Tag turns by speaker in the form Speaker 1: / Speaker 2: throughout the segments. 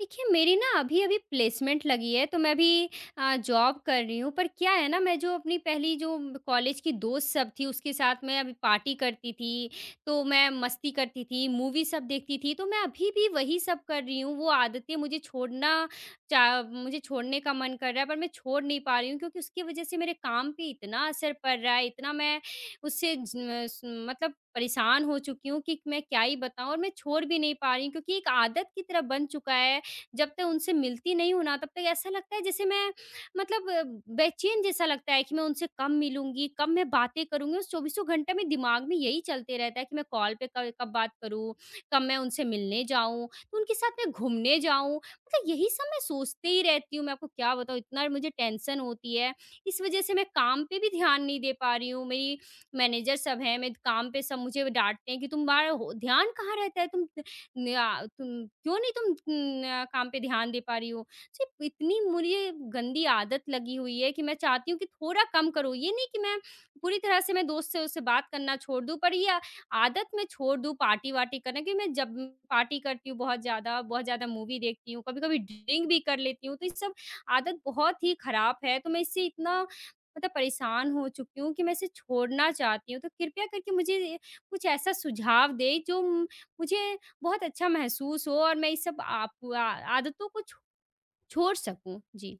Speaker 1: देखिए मेरी ना अभी-अभी प्लेसमेंट लगी है तो मैं अभी जॉब कर रही हूँ पर क्या है ना मैं जो अपनी पहली जो कॉलेज की दोस्त सब थी उसके साथ मैं अभी पार्टी करती थी, तो मैं मस्ती करती थी, मूवी सब देखती थी तो मैं अभी भी वही सब कर रही हूँ। वो आदतें मुझे छोड़ना चा मुझे छोड़ने का मन कर रहा है पर मैं छोड़ नहीं पा रही हूँ क्योंकि उसकी वज़ह से मेरे काम पे इतना असर पड़ रहा है, इतना मैं उससे ज स मतलब परेशान हो चुकी हूँ कि मैं क्या ही बताऊँ और मैं छोड़ भी नहीं पा रही हूँ क्योंकि एक आदत की तरह बन चुका है। जब तक उनसे मिलती नहीं हूँ ना तब तक ऐसा लगता है जैसे मतलब अ, बेचैन जैसा लगता है कि मैं उनसे कम मिलूँगी, कम मैं बातें करूँगी। उस चौबीसों घंटे में दिमाग में यही चलते रहता है कि मैं कॉल पे क कब बात करूँ, कब मैं उनसे मिलने जाऊँ, तो उनके साथ मैं घूमने जाऊँ। मतलब यही सब मैं सोचते ही रहती हूँ। मैं आपको क्या बताऊँ इतना मुझे टेंशन होती है। इस वज़ह से मैं काम पे भी ध्यान नहीं दे पा रही हूँ। मेरी मैनेजर सब हैं, मेरे काम पे सब मुझे डाँटते हैं कि तुम्हारा हो ध्यान कहाँ रहता है? तुम ना तुम क्यों नहीं तुम न, आ, काम पे ध्यान दे पा रही हो? सिर्फ इतनी मुझे गंदी आदत लगी हुई है कि मैं चाहती हूँ कि थोड़ा कम करो। ये नहीं कि मैं पूरी तरह से मैं दोस्त से उससे बात करना छोड़ दूँ, पर ये आदत मैं छोड़ दूँ पार्टी-वार्टी करना क्योंकि मैं जब पार्टी करती हूँ बहुत ज़्यादा मूवी देखती हूँ, कभी-कभी ड्रिंक भी कर लेती हूँ, तो ये सब आदत बहुत ही खराब है। तो मैं इससे इतना मतलब परेशान हो चुकी हूँ कि मैं इसे छोड़ना चाहती हूँ। तो कृपया करके मुझे कुछ ऐसा सुझाव दें जो मुझे बहुत अच्छा महसूस हो और मैं इस सब आप आ आदतों को छो छोड़ सकूँ। जी,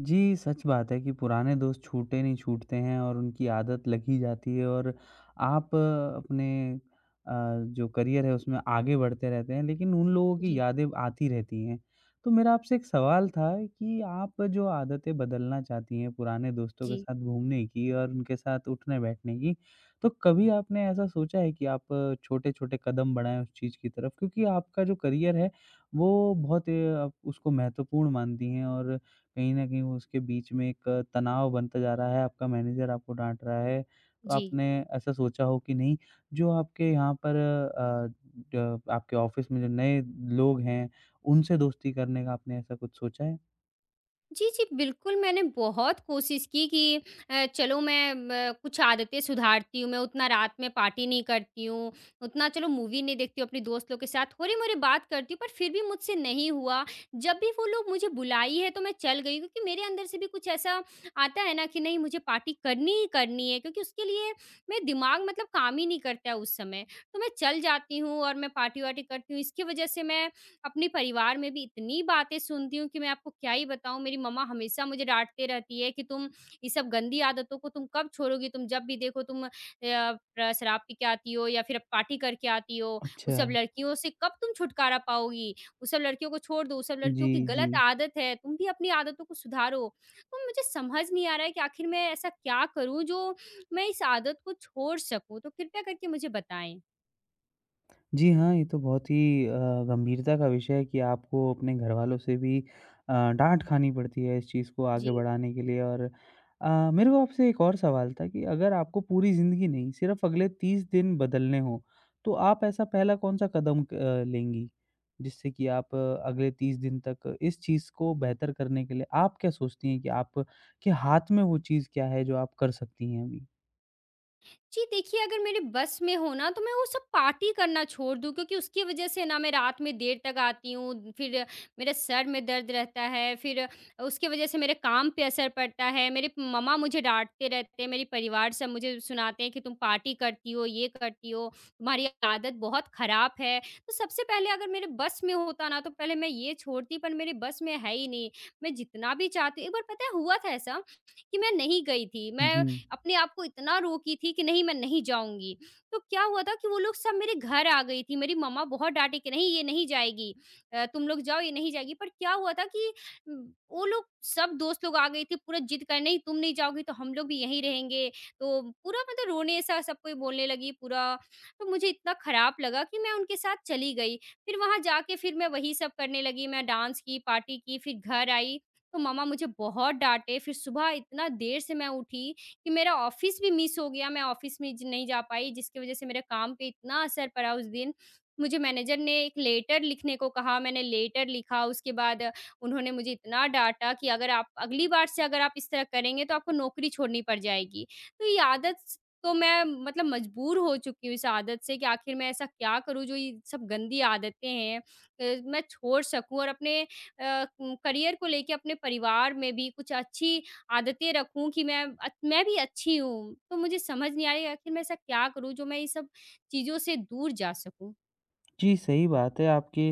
Speaker 2: जी, सच बात है कि पुराने दोस्त छूटे नहीं छूटते हैं और उनकी आदत लग ही जाती है और आप अपने अ, जो करियर है उसमें आगे बढ़ते रहते हैं, लेकिन उन लोगों की
Speaker 1: जी,
Speaker 2: यादें आती रहती हैं। तो मेरा आपसे एक सवाल था कि आप जो आदतें बदलना चाहती हैं पुराने दोस्तों के
Speaker 1: जी,
Speaker 2: साथ घूमने की और उनके साथ उठने-बैठने की, तो कभी आपने ऐसा सोचा है कि आप छोटे-छोटे कदम बढ़ाएँ उस चीज़ की तरफ? क्योंकि आपका जो करियर है, वो बहुत आप उसको महत्वपूर्ण मानती हैं और कहीं न कहीं वो उसके बीच में एक तनाव बनता जा रहा है, आपका मैनेजर आपको डाँट रहा है। तो
Speaker 1: जी।
Speaker 2: आपने ऐसा सोचा हो कि नहीं, जो आपके यहाँ पर अ, ड आपके ऑफ़िस में जो नए लोग हैं, उनसे दोस्ती करने का आपने ऐसा कुछ सोचा है?
Speaker 1: जी, जी, बिल्कुल, मैंने बहुत कोशिश की कि चलो मैं म कुछ आदतें सुधारती हूँ, मैं उतना रात में पार्टी नहीं करती हूँ, उतना चलो मूवी नहीं देखती हूँ, अपने दोस्त लोग के साथ थोड़ी-मोड़ी बात करती हूँ, पर फिर भी मुझसे नहीं हुआ। जब भी वो लोग मुझे बुलाई है, तो मैं चल गई क्योंकि मेरे अंदर से भी कुछ ऐसा आता है ना कि नहीं मुझे पार्टी करनी ही करनी है क्योंकि उसके लिए मेरा दिमाग मतलब काम ही नहीं करता है उस समय। तो मैं चल जाती हूँ और मैं पार्टी-वार्टी करती हूँ, इसकी वजह से मैं अपने परिवार में भी इतनी बातें सुनती हूँ कि मैं आपको क्या ही बताऊँ। मेरी मम्मा हमेशा मुझे डाँटते रहती है कि, "तुम ये सब गंदी आदतों को तुम कब छोड़ोगी? तुम जब भी देखो तुम अ, प्र शराब पी के आती हो या फिर पार्टी करके आती हो। वो
Speaker 2: अच्छा।
Speaker 1: सब लड़कियों से कब तुम छुटकारा पाओगी? वो सब लड़कियों को छोड़ दो, वो सब लड़कियों
Speaker 2: जी,
Speaker 1: की
Speaker 2: जी।
Speaker 1: गलत आदत है। तुम भी अपनी आदतों को सुधारो।" तो मुझे समझ नहीं आ रहा है कि आखिर मैं ऐसा क्या करूँ, जो मैं इस आदत को छोड़ सकूँ? तो कृपया करके मुझे बताएँ।
Speaker 2: जी हाँ, ये तो बहुत ही गंभीरता का विषय है कि आपको अपने घरवालों से भी डाँट खानी पड़ती है इस चीज़ को आगे
Speaker 1: जी।
Speaker 2: बढ़ाने के लिए और मेरे को आपसे एक और सवाल था कि अगर आपको पूरी ज़िंदगी नहीं, सिर्फ़ अगले 30 दिन बदलने हों, तो आप ऐसा पहला कौन-सा कदम लेंगी? जिससे कि आप अगले 30 दिन तक इस चीज़ को बेहतर करने के लिए आप क्या सोचती हैं कि आप के हाथ में वो चीज़ क्या है जो आप कर सकती हैं अभी?
Speaker 1: जी, देखिए अगर मेरे बस में हो ना तो मैं वो सब पार्टी करना छोड़ दूँ क्योंकि उसकी वज़ह से ना मैं रात में देर तक आती हूँ, फिर मेरे सर में दर्द रहता है, फिर उसकी वज़ह से मेरे काम पे असर पड़ता है, मेरे मम्मा मुझे डाँटते रहते हैं, मेरे परिवार सब मुझे सुनाते हैं कि तुम पार्टी करती हो, ये करती हो, तुम्हारी आदत बहुत ख़राब है। तो सबसे पहले अगर मेरे बस में होता ना तो पहले मैं ये छोड़ती पर मेरे बस में है ही नहीं। मैं जितना भी चाहती हूँ, एक बार पता है हुआ था ऐसा कि मैं नहीं गई थी,
Speaker 2: जी।
Speaker 1: मैं अपने आप को इतना रोकी थी कि नहीं मैं नहीं जाऊँगी। तो क्या हुआ था कि वो लोग सब मेरे घर आ गई थी, मेरी मम्मा बहुत डाँटी कि नहीं ये नहीं जाएगी तुम लोग जाओ ये नहीं जाएगी। पर क्या हुआ था कि उम, वो लोग सब दोस्त लोग आ गए थे पूरा जिद करने नहीं तुम नहीं जाओगी तो हम लोग भी यहीं रहेंगे। तो पूरा मतलब रोने सा सब कोई बोलने लगी पूरा। तो मुझे इतना खराब लगा कि मैं उनके साथ चली गई। फिर वहाँ जाके फिर मैं वही सब करने लगी, मैं डांस की, पार्टी की, फिर घर आई तो मम्मा मुझे बहुत डाँटे। फिर सुबह इतना देर से मैं उठी कि मेरा ऑफ़िस भी मिस हो गया, मैं ऑफ़िस में ज नहीं जा पाई जिसकी वज़ह से मेरे काम पे इतना असर पड़ा उस दिन। मुझे मैनेजर ने एक लेटर लिखने को कहा, मैंने लेटर लिखा उसके बाद उन्होंने मुझे इतना डाँटा कि अगर आप अगली बार से अगर आप इस तरह करेंगे तो आपको नौकरी छोड़नी पड़ जाएगी। तो ये आदत स तो मैं मतलब मजबूर हो चुकी हूँ इस आदत से कि आखिर मैं ऐसा क्या करूँ जो ये सब गंदी आदतें हैं मैं छोड़ सकूँ और अपने करियर को लेके अपने परिवार में भी कुछ अच्छी आदतें रखूँ कि मैं भी अच्छी हूँ। तो मुझे समझ नहीं आ रही आखिर मैं ऐसा क्या करूँ जो मैं ये सब चीज़ों से दूर जा सकूँ?
Speaker 2: जी, सही बात है, आपके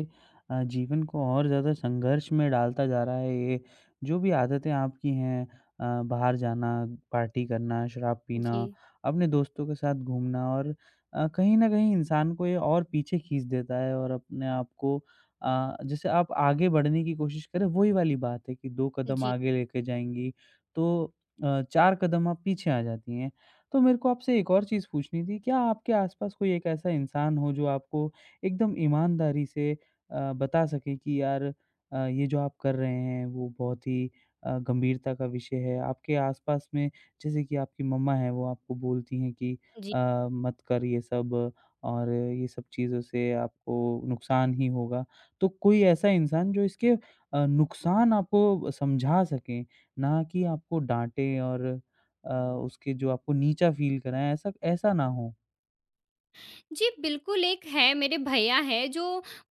Speaker 2: जीवन को और ज़्यादा संघर्ष में डालता जा रहा है ये, जो भी आदतें आपकी हैं बाहर जाना, पार्टी करना, शराब पीना,
Speaker 1: जी,
Speaker 2: अपने दोस्तों के साथ घूमना और कहीं न कहीं इंसान को ये और पीछे खींच देता है और अपने आप को जैसे आप आगे बढ़ने की कोशिश करें, वही वाली बात है कि 2 कदम
Speaker 1: जी,
Speaker 2: आगे लेके जाएँगी, तो 4 कदम आप पीछे आ जाती हैं। तो मेरे को आपसे एक और चीज़ पूछनी थी, क्या आपके आस-पास कोई एक ऐसा इंसान हो जो आपको एकदम ईमानदारी से बता सकें कि यार ये जो आप कर रहे हैं वो बहुत ही गंभीरता का विषय है। आपके आस-पास में जैसे कि आपकी मम्मा हैं वो आपको बोलती हैं कि
Speaker 1: जी।
Speaker 2: अ, मत कर ये सब और ये सब चीज़ों से आपको नुकसान ही होगा। तो कोई ऐसा इंसान जो इसके नुकसान आपको समझा सके, ना कि आपको डाँटे और अ, उसके जो आपको नीचा फ़ील कराएँ ऐसा ऐसा ना हो।
Speaker 1: जी, बिल्कुल एक है मेरे भैया हैं जो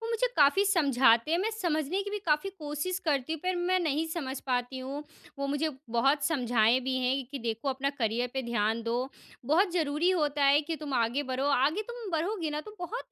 Speaker 1: वो मुझे काफ़ी समझाते हैं, मैं समझने की भी काफ़ी कोशिश करती हूँ पर मैं नहीं समझ पाती हूँ। वो मुझे बहुत समझाए भी हैं कि देखो अपना करियर पे ध्यान दो, बहुत ज़रूरी होता है कि तुम आगे बढ़ो, आगे तुम बढ़ोगी ना तो बहुत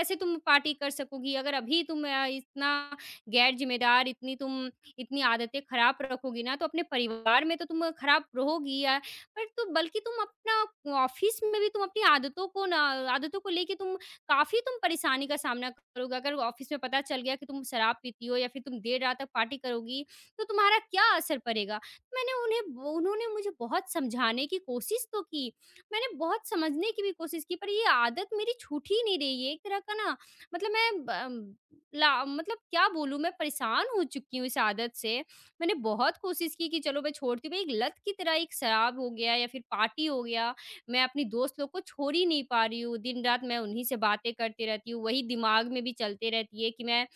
Speaker 1: ऐसे तुम पार्टी कर सकोगी। अगर अभी तुम इतना गैर ज़िम्मेदार इतनी तुम इतनी आदतें खराब रखोगी ना तो अपने परिवार में तो तुम खराब रहोगी या पर तो बल्कि तुम अपना ऑफ़िस में भी तुम अपनी आदतों को ना आदतों को लेके तुम काफ़ी तुम परेशानी का सामना करोगे। अगर ऑफ़िस में पता चल गया कि तुम शराब पीती हो या फिर तुम देर रात तक पार्टी करोगी, तो तुम्हारा क्या असर पड़ेगा? मैंने उन्हें उन्होंने मुझे बहुत समझाने की कोशिश तो की, मैंने बहुत समझने की भी कोशिश की, पर ये आदत मेरी छूट ही नहीं रही है। एक तरह का ना मतलब मैं ब ला मतलब क्या बोलूँ मैं परेशान हो चुकी हूँ इस आदत से। मैंने बहुत कोशिश की कि चलो मैं छोड़ती हूँ, मैं एक लत की तरह एक शराब हो गया या फिर पार्टी हो गया, मैं अपनी दोस्त लोग को छोड़ ही नहीं पा रही हूँ। दिन-रात मैं उन्हीं से बातें करती रहती हूँ, वही दिमाग में भी चलते रहती है कि मैं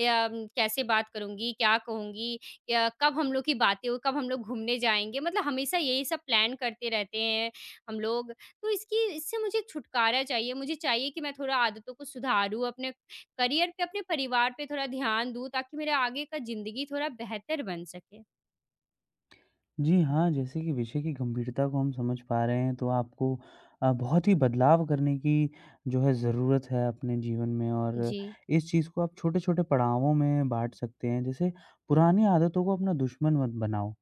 Speaker 1: या उम, कैसे बात करूँगी, क्या कहूँगी या कब हम लोग की बातें हो, कब हम लोग घूमने जाएँगे, मतलब हमेशा यही सब प्लान करते रहते हैं हम लोग। तो इसकी इससे मुझे छुटकारा चाहिए, मुझे चाहिए कि मैं थोड़ा आदतों को सुधारूँ, अपने करियर पे, अपने परिवार पे थोड़ा ध्यान दूँ ताकि मेरा आगे का ज़िंदगी थोड़ा बेहतर बन सके?
Speaker 2: जी हाँ, जैसे कि विषय की गंभीरता को हम समझ पा रहे हैं, तो आपको बहुत ही बदलाव करने की जो है ज़रूरत है अपने जीवन में और
Speaker 1: जी।
Speaker 2: इस चीज़ को आप छोटे-छोटे पड़ावों में बाँट सकते हैं। जैसे पुरानी आदतों को अपना दुश्मन मत बनाओ,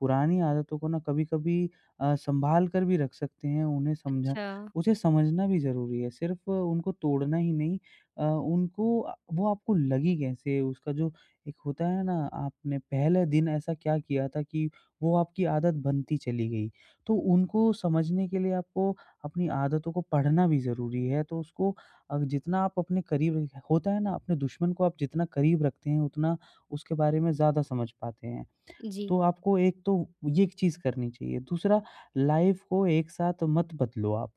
Speaker 2: पुरानी आदतों को ना कभी-कभी सँभाल कर भी रख सकते हैं, उन्हें समझा
Speaker 1: अच्छा।
Speaker 2: उसे समझना भी ज़रूरी है, सिर्फ़ उनको तोड़ना ही नहीं उनको वो आपको लगी कैसे? उसका जो एक होता है ना, आपने पहले दिन ऐसा क्या किया था कि वो आपकी आदत बनती चली गई। तो उनको समझने के लिए आपको अपनी आदतों को पढ़ना भी ज़रूरी है। तो उसको जितना आप अपने करीब होता है ना, अपने दुश्मन को आप जितना करीब रखते हैं, उतना उसके बारे में ज़्यादा समझ पाते हैं। तो
Speaker 1: जी,
Speaker 2: आपको एक तो ये एक चीज़ करनी चाहिए। दूसरा लाइफ़ को एक साथ मत बदलो आप।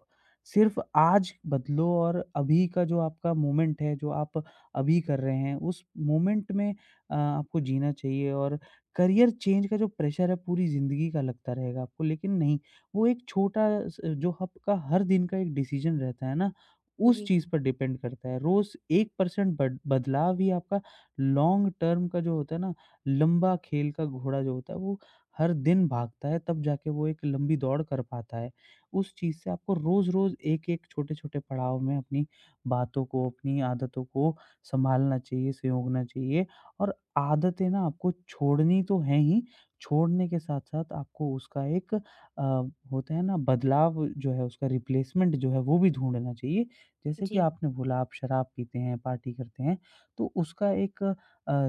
Speaker 2: सिर्फ़ आज बदलो और अभी का जो आपका मोमेंट है, जो आप अभी कर रहे हैं, उस मोमेंट में आपको जीना चाहिए और करियर चेंज का जो प्रेशर है पूरी ज़िंदगी का लगता रहेगा आपको, लेकिन नहीं, वो एक छोटा स जो आपका हर दिन का एक डिसीज़न रहता है ना, उस
Speaker 1: जी,
Speaker 2: चीज़ पर डिपेंड करता है। रोज़ 1% बद बदलाव ही आपका लॉन्ग टर्म का जो होता है ना लंबा खेल का घोड़ा जो होता है वो हर दिन भागता है तब जाके वो एक लंबी दौड़ कर पाता है। उस चीज़ से आपको रोज़-रोज़ एक-एक छोटे-छोटे पड़ाव में अपनी बातों को, अपनी आदतों को सँभालना चाहिए, संयोगना चाहिए और आदतें ना आपको छोड़नी तो हैं ही, छोड़ने के साथ-साथ आपको उसका एक होता है ना बदलाव जो है उसका रिप्लेसमेंट जो है वो भी ढूँढना चाहिए। जैसे कि
Speaker 1: जी,
Speaker 2: आपने बोला आप शराब पीते हैं, पार्टी करते हैं, तो उसका एक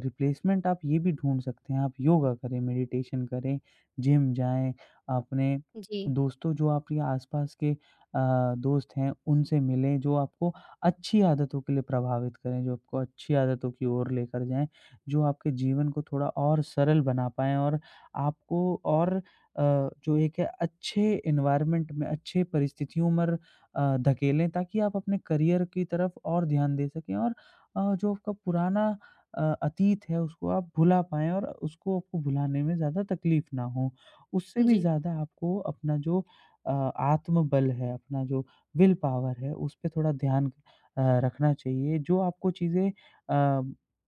Speaker 2: रिप्लेसमेंट आप ये भी ढूँढ सकते हैं, आप योगा करें, मेडिटेशन करें, जिम जाएँ, अपने
Speaker 1: जी,
Speaker 2: दोस्तों जो आपके आस-पास के दोस्त हैं, उनसे मिलें, जो आपको अच्छी आदतों के लिए प्रभावित करें, जो आपको अच्छी आदतों की ओर लेकर जाएँ, जो आपके जीवन को थोड़ा और सरल बना पाएँ और आपको और जो एक है अच्छे एनवायरनमेंट में, अच्छे परिस्थितियों मर अ, धकेलें ताकि आप अपने करियर की तरफ और ध्यान दे सकें और जो आपका पुराना अतीत है उसको आप भुला पाएँ और उसको आपको भुलाने में ज़्यादा तकलीफ़ ना हो। उससे भी
Speaker 1: जी,
Speaker 2: ज़्यादा आपको अपना जो आत्मबल है, अपना जो विल पावर है, उस पे थोड़ा ध्यान रखना चाहिए जो आपको चीज़ें अ,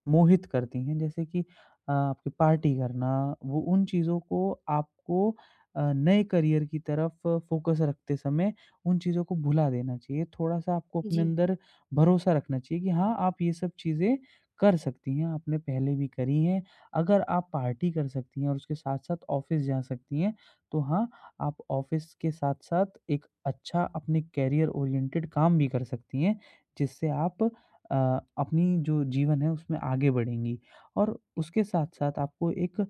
Speaker 2: मोहित करती हैं जैसे कि आपकी पार्टी करना वो उन चीज़ों को आपको नए करियर की तरफ फ़ोकस रखते समय उन चीज़ों को भुला देना चाहिए। थोड़ा-सा आपको अपने
Speaker 1: जी,
Speaker 2: अंदर भरोसा रखना चाहिए कि हाँ, आप ये सब चीज़ें कर सकती हैं, आपने पहले भी करी हैं। अगर आप पार्टी कर सकती हैं और उसके साथ-साथ ऑफ़िस जा सकती हैं, तो हाँ, आप ऑफ़िस के साथ-साथ एक अच्छा अपने करियर ओरिएंटेड काम भी कर सकती हैं, जिससे आप अ, अपनी जो जीवन है उसमें आगे बढ़ेंगी। और उसके साथ-साथ आपको एक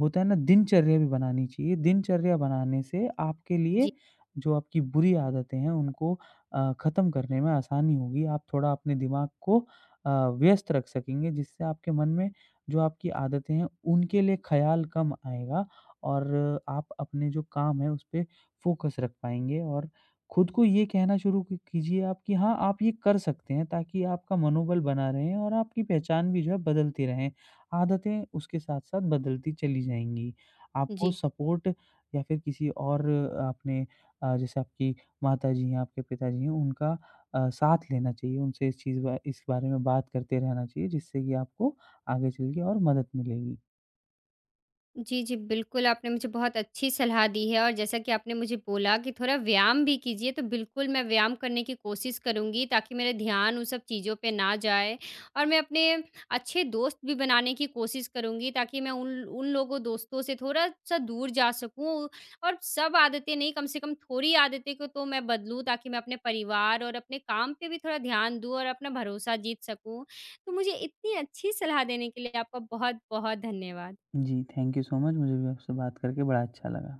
Speaker 2: होता है ना दिनचर्या भी बनानी चाहिए, दिनचर्या बनाने से आपके
Speaker 1: जी,
Speaker 2: लिए
Speaker 1: जी।
Speaker 2: जो आपकी बुरी आदतें हैं उनको ख़त्म करने में आसानी होगी। आप थोड़ा अपने दिमाग को अ, व्यस्त रख सकेंगे, जिससे आपके मन में जो आपकी आदतें हैं, उनके लिए ख़्याल कम आएगा और आप अपने जो काम है, उस पे फ़ोकस रख पाएँगे और खुद को ये कहना शुरू की कीजिए आप कि हाँ, आप ये कर सकते हैं, ताकि आपका मनोबल बना रहे और आपकी पहचान भी जो है बदलती रहें। आदतें उसके साथ-साथ बदलती चली जाएँगी। आपको
Speaker 1: जी
Speaker 2: सपोर्ट या फिर किसी और आपने जैसे आपकी माताजी हैं, आपके पिताजी हैं, उनका साथ लेना चाहिए, उनसे इस चीज़ बा इस बारे में बात करते रहना चाहिए, जिससे कि आपको आगे चल के और मदद मिलेगी।
Speaker 1: जी, जी, बिल्कुल, आपने मुझे बहुत अच्छी सलाह दी है और जैसा कि आपने मुझे बोला कि थोड़ा व्यायाम भी कीजिए, तो बिल्कुल मैं व्यायाम करने की कोशिश करूँगी ताकि मेरा ध्यान उन सब चीज़ों पे ना जाए और मैं अपने अच्छे दोस्त भी बनाने की कोशिश करूँगी ताकि मैं उन उन लोगों दोस्तों से थोड़ा-सा दूर जा सकूँ और सब आदतें नहीं, कम से कम थोड़ी आदतें को तो मैं बदलूँ ताकि मैं अपने परिवार और अपने काम पे भी थोड़ा ध्यान दूँ और अपना भरोसा जीत सकूँ। तो मुझे इतनी अच्छी सलाह देने के लिए आपका बहुत-बहुत धन्यवाद।
Speaker 2: जी, थैंक यू सो मच, मुझे भी आपसे बात करके बड़ा अच्छा लगा।